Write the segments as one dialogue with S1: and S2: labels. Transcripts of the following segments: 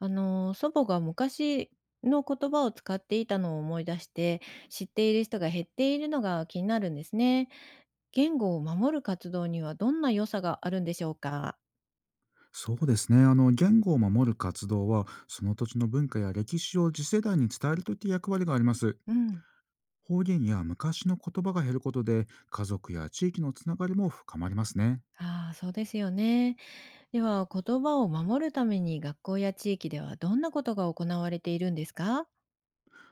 S1: 祖母が昔の言葉を使っていたのを思い出して、知っている人が減っているのが気になるんですね。言語を守る活動にはどんな良さがあるんでしょうか。
S2: そうですね。言語を守る活動は、その土地の文化や歴史を次世代に伝えるといった役割があります。
S1: うん。
S2: 方言や昔の言葉が減ることで、家族や地域のつながりも深まりますね。
S1: ああ、そうですよね。では、言葉を守るために学校や地域ではどんなことが行われているんですか。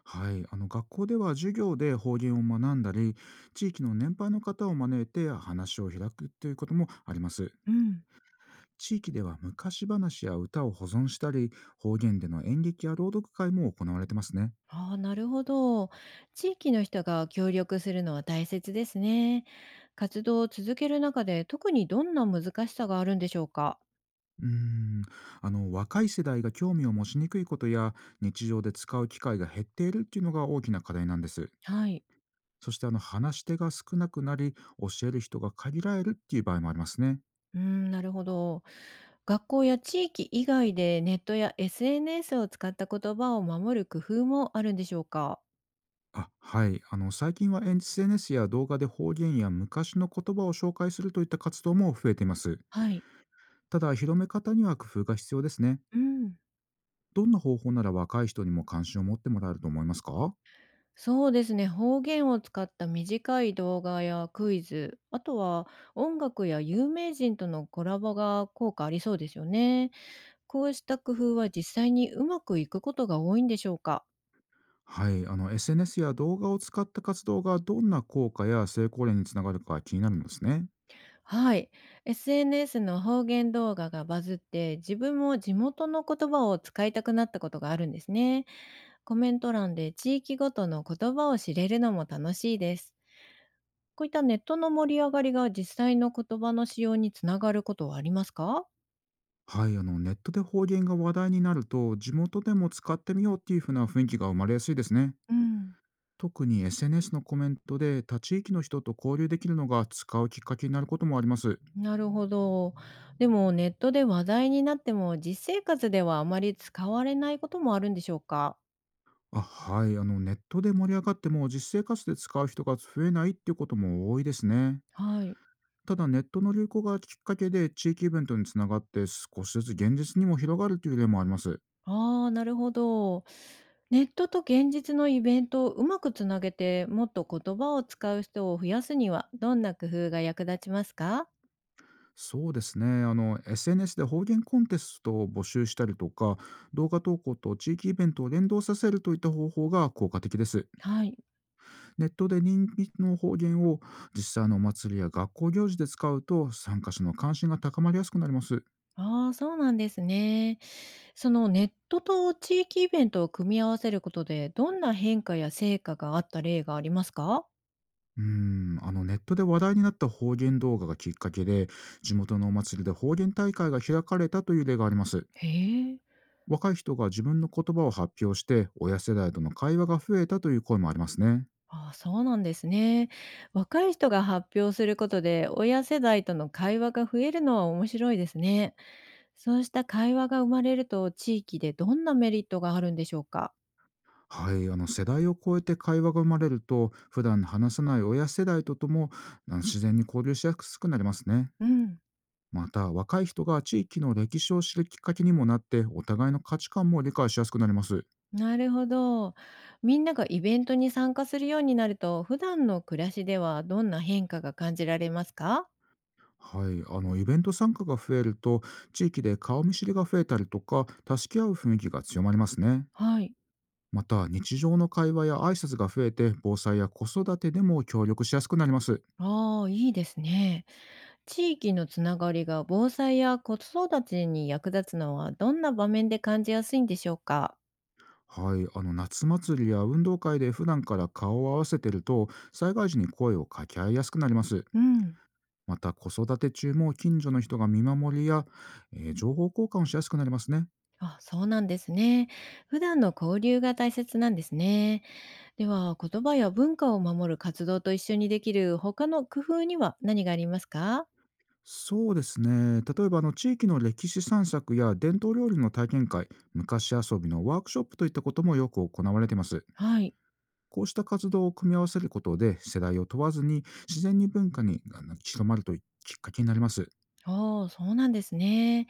S2: はい。学校では授業で方言を学んだり、地域の年配の方を招いて話を開くということもあります。
S1: うん。
S2: 地域では昔話や歌を保存したり、方言での演劇や朗読会も行われてますね。
S1: ああ、なるほど。地域の人が協力するのは大切ですね。活動を続ける中で特にどんな難しさがあるんでしょうか。
S2: うーん若い世代が興味を持ちにくいことや、日常で使う機会が減っているっていうのが大きな課題なんです。
S1: はい。
S2: そして話し手が少なくなり、教える人が限られるっていう場合もありますね。
S1: うーん、なるほど。学校や地域以外でネットや SNS を使った言葉を守る工夫もあるんでしょうか。
S2: はい。最近は SNS や動画で方言や昔の言葉を紹介するといった活動も増えています。
S1: はい。
S2: ただ広め方には工夫が必要ですね。
S1: うん。
S2: どんな方法なら若い人にも関心を持ってもらえると思いますか？
S1: そうですね。方言を使った短い動画やクイズ、あとは音楽や有名人とのコラボが効果ありそうですよね。こうした工夫は実際にうまくいくことが多いんでしょうか。
S2: はい、SNS や動画を使った活動がどんな効果や成功例につながるか気になるんですね。
S1: はい。SNS の方言動画がバズって、自分も地元の言葉を使いたくなったことがあるんですね。コメント欄で地域ごとの言葉を知れるのも楽しいです。こういったネットの盛り上がりが実際の言葉の使用につながることはありますか。
S2: はい、ネットで方言が話題になると地元でも使ってみようっていう風な雰囲気が生まれやすいですね。
S1: うん、
S2: 特に SNS のコメントで他地域の人と交流できるのが使うきっかけになることもあります。
S1: なるほど。でもネットで話題になっても実生活ではあまり使われないこともあるんでしょうか。
S2: はい、ネットで盛り上がっても実生活で使う人が増えないっていうことも多いですね。
S1: はい。
S2: ただネットの流行がきっかけで地域イベントにつながって、少しずつ現実にも広がるという例もあります。
S1: ああ、なるほど。ネットと現実のイベントをうまくつなげてもっと言葉を使う人を増やすにはどんな工夫が役立ちますか。
S2: そうですね。SNS で方言コンテストを募集したりとか、動画投稿と地域イベントを連動させるといった方法が効果的です。
S1: はい。
S2: ネットで人気の方言を実際のお祭りや学校行事で使うと、参加者の関心が高まりやすくなります。
S1: ああ、そうなんですね。そのネットと地域イベントを組み合わせることで、どんな変化や成果があった例がありますか？
S2: ネットで話題になった方言動画がきっかけで、地元のお祭りで方言大会が開かれたという例があります。
S1: へえ。
S2: 若い人が自分の言葉を発表して、親世代との会話が増えたという声もありますね。
S1: ああ、そうなんですね。若い人が発表することで、親世代との会話が増えるのは面白いですね。そうした会話が生まれると、地域でどんなメリットがあるんでしょうか？
S2: はい、世代を超えて会話が生まれると、普段話さない親世代とと自然に交流しやすくなりますね。
S1: うん、
S2: また若い人が地域の歴史を知るきっかけにもなって、お互いの価値観も理解しやすくなります。
S1: なるほど。みんながイベントに参加するようになると、普段の暮らしではどんな変化が感じられますか？
S2: はい、イベント参加が増えると、地域で顔見知りが増えたりとか、助け合う雰囲気が強まりますね。
S1: はい。
S2: また日常の会話や挨拶が増えて、防災や子育てでも協力しやすくなります。
S1: ああ、いいですね。地域のつながりが防災や子育ちに役立つのはどんな場面で感じやすいんでしょうか。
S2: はい、夏祭りや運動会で普段から顔を合わせてると、災害時に声を掛け合いやすくなります。
S1: うん。
S2: また子育て中も近所の人が見守りや、情報交換をしやすくなりますね。
S1: あ、そうなんですね。普段の交流が大切なんですね。では、言葉や文化を守る活動と一緒にできる他の工夫には何がありますか。
S2: そうですね。例えば地域の歴史散策や伝統料理の体験会、昔遊びのワークショップといったこともよく行われています。
S1: はい。
S2: こうした活動を組み合わせることで、世代を問わずに自然に文化に広まるというきっかけになります。
S1: ああ、そうなんですね。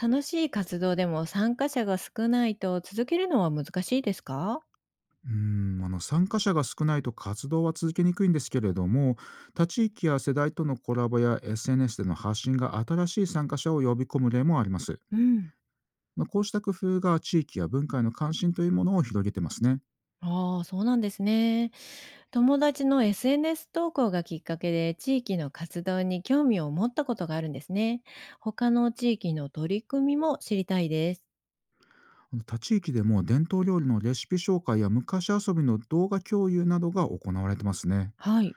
S1: 楽しい活動でも参加者が少ないと続けるのは難しいですか。
S2: 参加者が少ないと活動は続けにくいんですけれども、他地域や世代とのコラボや SNS での発信が新しい参加者を呼び込む例もあります。
S1: うん。
S2: まあ、こうした工夫が地域や文化への関心というものを広げてますね。
S1: ああ、そうなんですね。友達の SNS 投稿がきっかけで地域の活動に興味を持ったことがあるんですね。他の地域の取り組みも知りたいです。
S2: 他地域でも伝統料理のレシピ紹介や昔遊びの動画共有などが行われてますね。
S1: はい。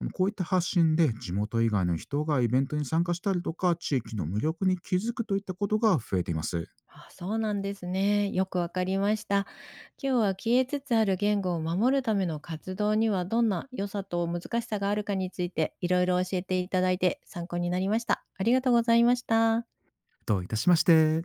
S2: こういった発信で地元以外の人がイベントに参加したりとか、地域の魅力に気づくといったことが増えています。
S1: あ、そうなんですね。よくわかりました。今日は消えつつある言語を守るための活動にはどんな良さと難しさがあるかについていろいろ教えていただいて参考になりました。ありがとうございました。
S2: どういたしまして。